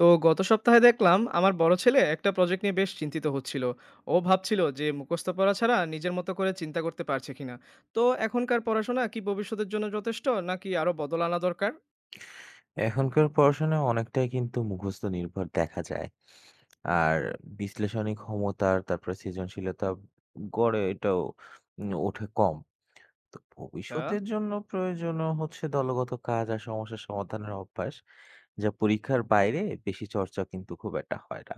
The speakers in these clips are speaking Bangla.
তো গত সপ্তাহে দেখলাম আমার বড় ছেলে একটা প্রজেক্ট নিয়ে বেশ চিন্তিত হচ্ছিল। ও ভাবছিল যে মুখস্থ পড়া ছাড়া নিজের মতো করে চিন্তা করতে পারছে কিনা। তো এখনকার পড়াশোনা কি ভবিষ্যতের জন্য যথেষ্ট নাকি আরো বদল আনা দরকার? এখনকার পড়াশোনায় অনেকটাই কিন্তু মুখস্থ নির্ভর দেখা যায়। আর বিশ্লেষণী ক্ষমতার তারপরে সৃজনশীলতা গড়ে এটাও ওঠে কম। তো আচ্ছা। ভবিষ্যতের জন্য প্রয়োজনও হচ্ছে দলগত কাজ আর সমস্যা সমাধানের অভ্যাস। যা পরীক্ষার বাইরে বেশি চর্চা কিন্তু খুব একটা হয় না।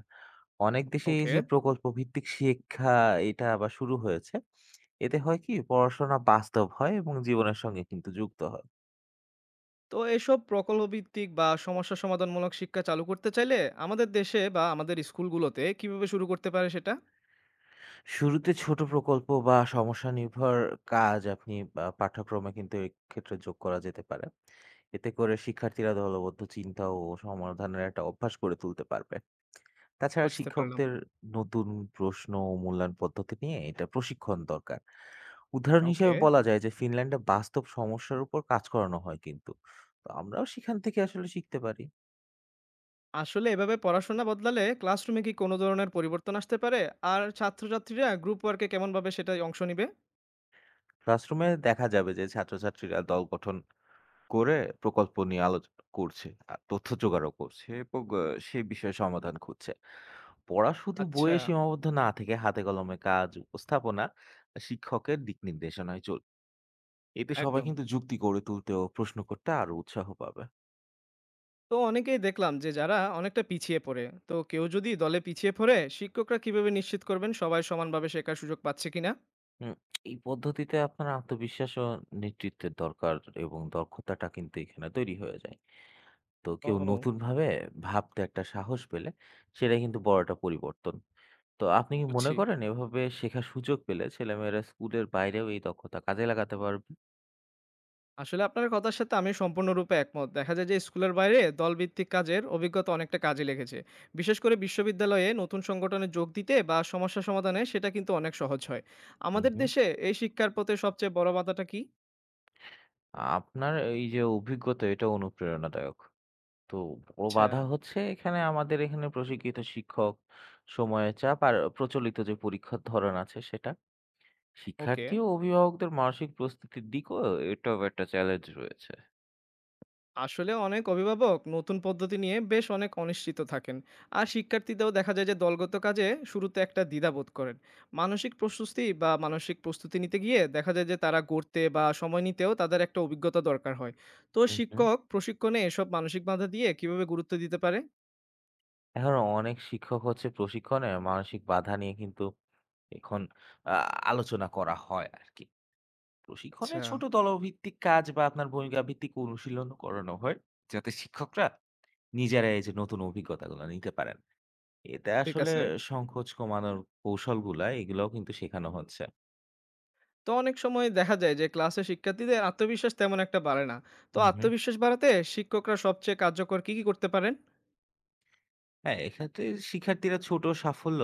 অনেক দেশে এই ওকে। যে প্রকল্প ভিত্তিক শিক্ষা এটা আবার শুরু হয়েছে। এতে হয় কি পড়াশোনা বাস্তব হয় এবং জীবনের সঙ্গে কিন্তু যুক্ত হয়। তো এসব প্রকল্প ভিত্তিক বা সমস্যা সমাধানমূলক শিক্ষা চালু করতে চাইলে আমাদের দেশে বা আমাদের স্কুলগুলোতে কিভাবে শুরু করতে পারে সেটা? শুরুতে ছোট প্রকল্প বা সমস্যা নির্ভর কাজ আপনি পাঠ্যক্রমে কিন্তু এক্ষেত্রে যোগ করা যেতে পারে। এতে করে শিক্ষার্থীরা দলবদ্ধ চিন্তা ও সমাধানের একটা অভ্যাস গড়ে তুলতে পারবে। তাছাড়া বুঝতে পারলাম। শিক্ষকদের নতুন প্রশ্ন ও মূল্যায়ন পদ্ধতি নিয়ে এটা প্রশিক্ষণ দরকার। উদাহরণ ওকে। হিসেবে বলা যায় যে ফিনল্যান্ডে বাস্তব সমস্যার উপর কাজ করানো হয় কিন্তু। তো আমরাও সেখান থেকে আসলে শিখতে পারি। আসলে এভাবে পড়াশোনা বদলালে ক্লাসরুমে কি কোনো ধরনের পরিবর্তন আসতে পারে? আর ছাত্রছাত্রীরা গ্রুপ ওয়ার্কে কেমনভাবে সেটাই অংশ নিবে? ক্লাসরুমে দেখা যাবে যে ছাত্রছাত্রীরা দল গঠন করে প্রকল্প নিয়ে আলোচনা করছে। আর তথ্য জোগাড়ও করছে এবং সে বিষয়ে সমাধান খুঁজছে। পড়া শুধু আচ্ছা, বইয়ে সীমাবদ্ধ না থেকে হাতে কলমে কাজ, উপস্থাপনা, শিক্ষকের দিক নির্দেশনায় এতে সবাই একদম। কিন্তু যুক্তি গড়ে তুলতে ও প্রশ্ন করতে আরো উৎসাহ পাবে। তো অনেকেই দেখলাম যে যারা অনেকটা পিছিয়ে পড়ে, তো কেউ যদি দলে পিছিয়ে পড়ে, শিক্ষকরা কিভাবে নিশ্চিত করবেন সবাই সমানভাবে শেখার সুযোগ পাচ্ছে কিনা? হুম, এই পদ্ধতিতে আপনার আত্মবিশ্বাস ও নেতৃত্বের দরকার এবং দক্ষতাটা কিন্তু এখানে তৈরি হয়ে যায়। তো কেউ ও, নতুনভাবে ভাবতে একটা সাহস পেলে সেটাই কিন্তু বড় একটা পরিবর্তন। তো আপনি কি মনে বুঝছি। করেন এভাবে শেখার সুযোগ পেলে ছেলেমেয়েরা স্কুলের বাইরেও এই দক্ষতা কাজে লাগাতে পারবে? আসলে আপনার কথার সাথে আমি সম্পূর্ণরূপে একমত। দেখা যায় যে স্কুলের বাইরে দলভিত্তিক কাজের অভিজ্ঞতা অনেকটা কাজে লেগেছে। বিশেষ করে বিশ্ববিদ্যালয়ে নতুন সংগঠনে যোগ দিতে বা সমস্যা সমাধানে সেটা কিন্তু অনেক সহজ হয়। হুম আমাদের হুম দেশে এই শিক্ষার পথে সবচেয়ে বড় বাধাটা কি? আপনার এই যে অভিজ্ঞতা এটা অনুপ্রেরণাদায়ক। তো বড় আচ্ছা। বাধা হচ্ছে এখানে আমাদের এখানে প্রশিক্ষিত শিক্ষক, সময়ের চাপ আর প্রচলিত যে পরীক্ষার ধরন আছে সেটা, ওকে। শিক্ষার্থী ও অভিভাবকদের মানসিক প্রস্তুতির দিকও এটাও একটা চ্যালেঞ্জ রয়েছে। আসলে অনেক অভিভাবক নতুন পদ্ধতি নিয়ে বেশ অনেক অনিশ্চিত থাকেন। আর শিক্ষার্থীদেরও দেখা যায় যে দলগত কাজে শুরুতে একটা দ্বিধাবোধ করেন। মানসিক প্রস্তুতি বা মানসিক প্রস্তুতি নিতে গিয়ে দেখা যায় যে তারা গড়তে বা সময় নিতেও তাদের একটা অভিজ্ঞতা দরকার হয়। তো হুম হুম শিক্ষক প্রশিক্ষণে এসব মানসিক বাধা দিয়ে কিভাবে গুরুত্ব দিতে পারে? এখন অনেক শিক্ষক হচ্ছে প্রশিক্ষণে মানসিক বাধা নিয়ে কিন্তু এখন আলোচনা করা হয় আর কি। প্রশিক্ষণে আচ্ছা। ছোট দলভিত্তিক কাজ বা আপনার ভূমিকা ভিত্তিক অনুশীলন করানো হয় যাতে শিক্ষকরা নিজেরা এই যে নতুন অভিজ্ঞতাগুলো নিতে পারেন। এতে ঠিক আসলে আছে। সংকোচ কমানোর কৌশলগুলা এগুলোও কিন্তু শেখানো হচ্ছে। তো অনেক সময় দেখা যায় যে ক্লাসে শিক্ষার্থীদের আত্মবিশ্বাস তেমন একটা বাড়ে না। তো হুম হুম আত্মবিশ্বাস বাড়াতে শিক্ষকরা সবচেয়ে কার্যকর কি কি করতে পারেন? হ্যাঁ, এক্ষেত্রে শিক্ষার্থীরা ছোট সাফল্য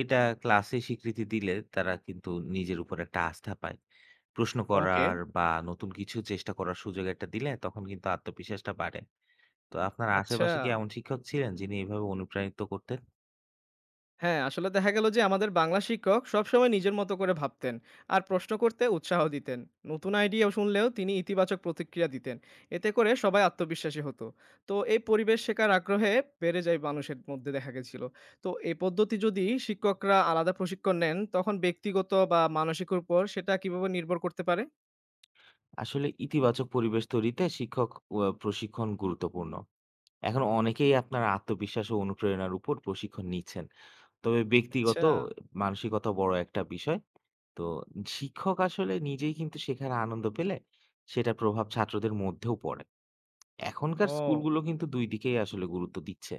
এটা ক্লাসে স্বীকৃতি দিলে তারা কিন্তু নিজের উপর একটা আস্থা পায়। প্রশ্ন ওকে। করার বা নতুন কিছু চেষ্টা করার সুযোগ একটা দিলে তখন কিন্তু আত্মবিশ্বাসটা বাড়ে। তো আপনার আচ্ছা। আশেপাশে কি এমন শিক্ষক ছিলেন যিনি এভাবে অনুপ্রাণিত করতেন? হ্যাঁ, আসলে দেখা গেল যে আমাদের বাংলা শিক্ষক সবসময় নিজের মতো করে ভাবতেন আর প্রশ্ন করতে উৎসাহ দিতেন। নতুন আইডিয়া শুনলেও তিনি ইতিবাচক প্রতিক্রিয়া দিতেন। এতে করে সবাই আত্মবিশ্বাসী হতো। তো এই পরিবেশ শেখার আগ্রহে বেড়ে যায় মানুষের মধ্যে দেখা গেছিল। তো এই পদ্ধতি যদি শিক্ষকরা আলাদা প্রশিক্ষণ নেন তখন ব্যক্তিগত বা মানসিক উপর সেটা কিভাবে নির্ভর করতে পারে? আসলে ইতিবাচক পরিবেশ তৈরিতে শিক্ষক ও প্রশিক্ষণ গুরুত্বপূর্ণ। এখন অনেকেই আপনার আত্মবিশ্বাস ও অনুপ্রেরণার উপর প্রশিক্ষণ নিচ্ছেন। তবে আচ্ছা, ব্যক্তিগত মানসিকতা বড় একটা বিষয়। তো শিক্ষক আসলে নিজেই কিন্তু শেখার আনন্দ পেলে সেটার প্রভাব ছাত্রদের মধ্যেও পড়ে। এখনকার ও। স্কুলগুলো কিন্তু দুই দিকেই আসলে গুরুত্ব দিচ্ছে।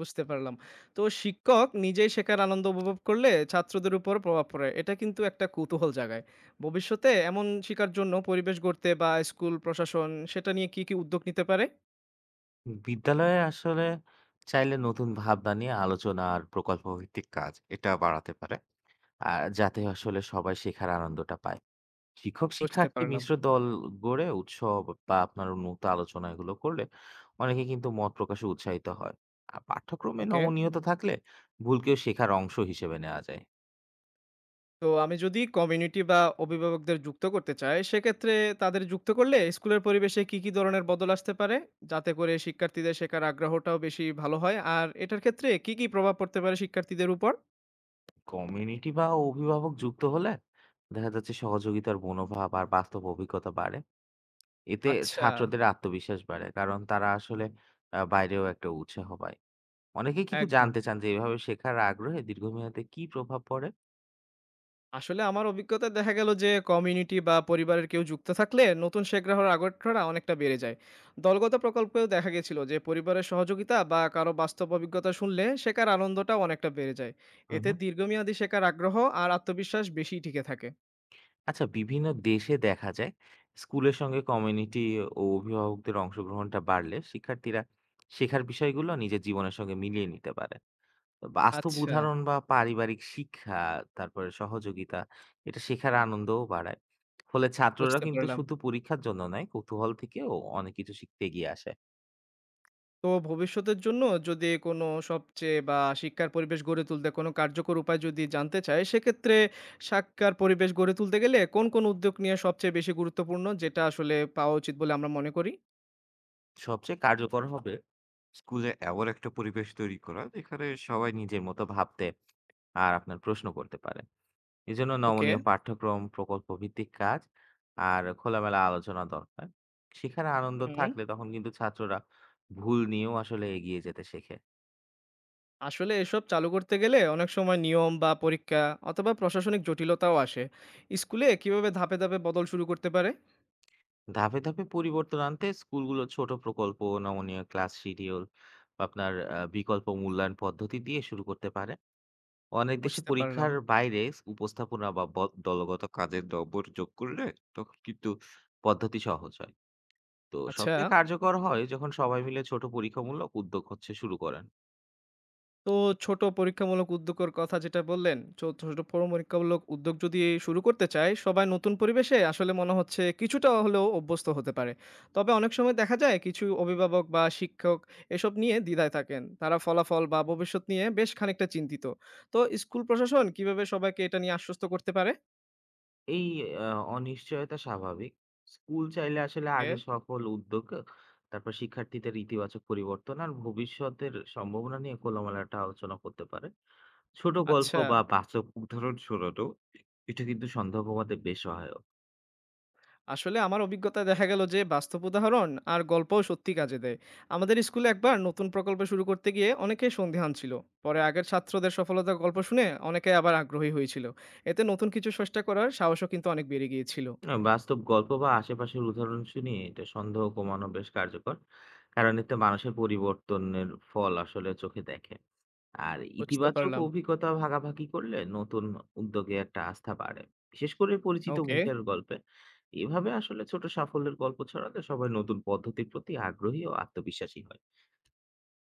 বুঝতে পারলাম। তো শিক্ষক নিজেই শেখার আনন্দ উপভোগ করলে ছাত্রদের উপর প্রভাব পড়ে। এটা কিন্তু একটা কৌতূহল জাগায়। ভবিষ্যতে এমন শিক্ষার জন্য পরিবেশ গড়তে বা স্কুল প্রশাসন সেটা নিয়ে কি, কি উদ্যোগ নিতে পারে? বিদ্যালয়ে আসলে চাইলে নতুন ভাবনা নিয়ে আলোচনা আর প্রকল্প ভিত্তিক কাজ এটা বাড়াতে পারে। আর যাতে আসলে সবাই শেখার আনন্দটা পায়। বুঝতে শিক্ষক-শিক্ষার্থী পারলাম। মিশ্র দল গড়ে উৎসব বা আপনার উন্মুক্ত আলোচনা এগুলো করলে অনেকে কিন্তু মত প্রকাশে উৎসাহিত হয়। আর পাঠ্যক্রমে ওকে। নমনীয়তা থাকলে ভুলকেও শেখার অংশ হিসেবে নেওয়া যায়। তো আমি যদি কমিউনিটি বা অভিভাবকদের যুক্ত করতে চাই, সেক্ষেত্রে তাদের যুক্ত করলে স্কুলের পরিবেশে কি, কি ধরনের বদল আসতে পারে? যাতে করে শিক্ষার্থীদের শেখার আগ্রহটাও বেশি ভালো হয়। আর এটার ক্ষেত্রে কি, কি প্রভাব পড়তে পারে শিক্ষার্থীদের উপর? কমিউনিটি বা অভিভাবক যুক্ত হলে দেখা যাচ্ছে সহযোগিতার মনোভাব আর বাস্তব অভিজ্ঞতা বাড়ে। এতে আচ্ছা, ছাত্রদের আত্মবিশ্বাস বাড়ে। কারণ তারা আসলে বাইরেও একটা উৎসাহ পায়। অনেকেই কিন্তু একদম। জানতে চান যে এভাবে শেখার আগ্রহে দীর্ঘমেয়াদে কি প্রভাব পড়ে? আসলে আমার অভিজ্ঞতায় দেখা গেল যে কমিউনিটি বা পরিবারের কেউ যুক্ত থাকলে নতুন শেখ গ্রাহকের আগ্রহটা অনেকটা বেড়ে যায়। দলগত প্রকল্পেও দেখা গেছিল যে পরিবারের সহযোগিতা বা কারো বাস্তব অভিজ্ঞতা শুনলে শেখার আনন্দটাও অনেকটা বেড়ে যায়। হু, এতে হু। দীর্ঘমেয়াদী শেখার আগ্রহ আর আত্মবিশ্বাস বেশি টিকে থাকে। আচ্ছা, বিভিন্ন দেশে দেখা যায় স্কুলের সঙ্গে কমিউনিটি ও অভিভাবকদের অংশগ্রহণটা বাড়লে শিক্ষার্থীরা শেখার বিষয়গুলো নিজের জীবনের সঙ্গে মিলিয়ে নিতে পারে। তো বাস্তব আচ্ছা। উদাহরণ বা পারিবারিক শিক্ষা তারপরে সহযোগিতা এটা শেখার আনন্দও বাড়ায়। ফলে ছাত্ররা বুঝতে কিন্তু পারলাম। শুধু পরীক্ষার জন্য নয়, কৌতূহল থেকেও অনেক কিছু শিখতে এগিয়ে আসে। তো ভবিষ্যতের জন্য যদি কোনো সবচেয়ে বা শিক্ষার পরিবেশ গড়ে তুলতে কোনো কার্যকর উপায় যদি জানতে চায়, সেক্ষেত্রে শিক্ষার পরিবেশ গড়ে তুলতে গেলে কোন, কোন উদ্যোগ নেয়া সবচেয়ে বেশি গুরুত্বপূর্ণ যেটা আসলে পাওয়া উচিত বলে আমরা মনে করি? সবচেয়ে কার্যকর হবে স্কুলে এমন একটা পরিবেশ তৈরি করা যেখানে সবাই নিজের মতো ভাবতে আর আপনার প্রশ্ন করতে পারে। এজন্য ওকে। নমনীয় পাঠ্যক্রম, প্রকল্প ভিত্তিক কাজ আর খোলামেলা আলোচনা দরকার। শেখার আনন্দ হুম। থাকলে তখন কিন্তু ছাত্ররা ভুল নিয়েও আসলে এগিয়ে যেতে শেখে। আসলে এসব চালু করতে গেলে অনেক সময় নিয়ম বা পরীক্ষা অথবা প্রশাসনিক জটিলতাও আসে। স্কুলে কিভাবে ধাপে, ধাপে বদল শুরু করতে পারে? ধাপে, ধাপে পরিবর্তন আনতে স্কুলগুলো ছোট প্রকল্প, নমনীয় ক্লাস শিডিউল বা আপনার বিকল্প মূল্যায়ন পদ্ধতি দিয়ে শুরু করতে পারে। অনেক দেশে বুঝতে পারলাম। পরীক্ষার বাইরে উপস্থাপনা বা দলগত কাজের নম্বর যোগ করলে তখন কিন্তু পদ্ধতি সহজ হয়। তো আচ্ছা। সবচেয়ে কার্যকর হয় যখন সবাই মিলে ছোট পরীক্ষামূলক উদ্যোগ হচ্ছে শুরু করেন। তো ছোট পরীক্ষামূলক উদ্যোগের কথা যেটা বললেন, ছোট পরীক্ষামূলক উদ্যোগ যদি শুরু করতে চায়, সবাই নতুন পরিবেশে আসলে মনে হচ্ছে কিছুটা হলেও অভ্যস্ত হতে পারে। তবে অনেক সময় দেখা যায় কিছু অভিভাবক বা শিক্ষক এসব নিয়ে দ্বিধায় থাকেন। তারা ফলাফল বা ভবিষ্যৎ নিয়ে বেশ খানিকটা চিন্তিত। তো স্কুল প্রশাসন কিভাবে সবাইকে এটা নিয়ে আশ্বস্ত করতে পারে? এই আ অনিশ্চয়তা স্বাভাবিক। স্কুল চাইলে আসলে কে? আগে সফল উদ্যোগ, তারপর শিক্ষার্থীদের ইতিবাচক পরিবর্তন আর ভবিষ্যতের সম্ভাবনা নিয়ে খোলামেলা একটা আলোচনা করতে পারে। ছোট গল্প আচ্ছা। বা বাস্তব উদাহরণ শোনানো এটা কিন্তু সন্দেহ কমাতে বেশ সহায়ক। আসলে আমার অভিজ্ঞতায় দেখা গেল যে বাস্তব উদাহরণ আর গল্পও সত্যি কাজে দেয়। আমাদের স্কুলে একবার নতুন প্রকল্প শুরু করতে গিয়ে অনেকেই সন্দিহান ছিল। পরে আগের ছাত্রদের সফলতার গল্প শুনে অনেকে আবার আগ্রহী হয়েছিল। এতে নতুন কিছু চেষ্টা করার সাহসও কিন্তু অনেক বেড়ে গিয়েছিল। বাস্তব গল্প বা আশেপাশের উদাহরণ শুনিয়ে এটা সন্দেহ কমানো বেশ কার্যকর। কারণ এতে মানুষের পরিবর্তনের ফল আসলে চোখে দেখে। আর বুঝতে ইতিবাচক পারলাম। অভিজ্ঞতা ভাগাভাগি করলে নতুন উদ্যোগে একটা আস্থা বাড়ে, বিশেষ করে পরিচিত ওকে। মুখের গল্পে। এভাবে আসলে ছোট সাফল্যের গল্প ছড়ালে সবাই নতুন পদ্ধতির প্রতি আগ্রহী ও আত্মবিশ্বাসী হয়।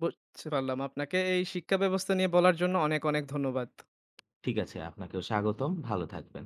বুঝতে পারলাম, আপনাকে এই শিক্ষা ব্যবস্থা নিয়ে বলার জন্য অনেক অনেক ধন্যবাদ। ঠিক আছে, আপনাকেও স্বাগতম। ভালো থাকবেন।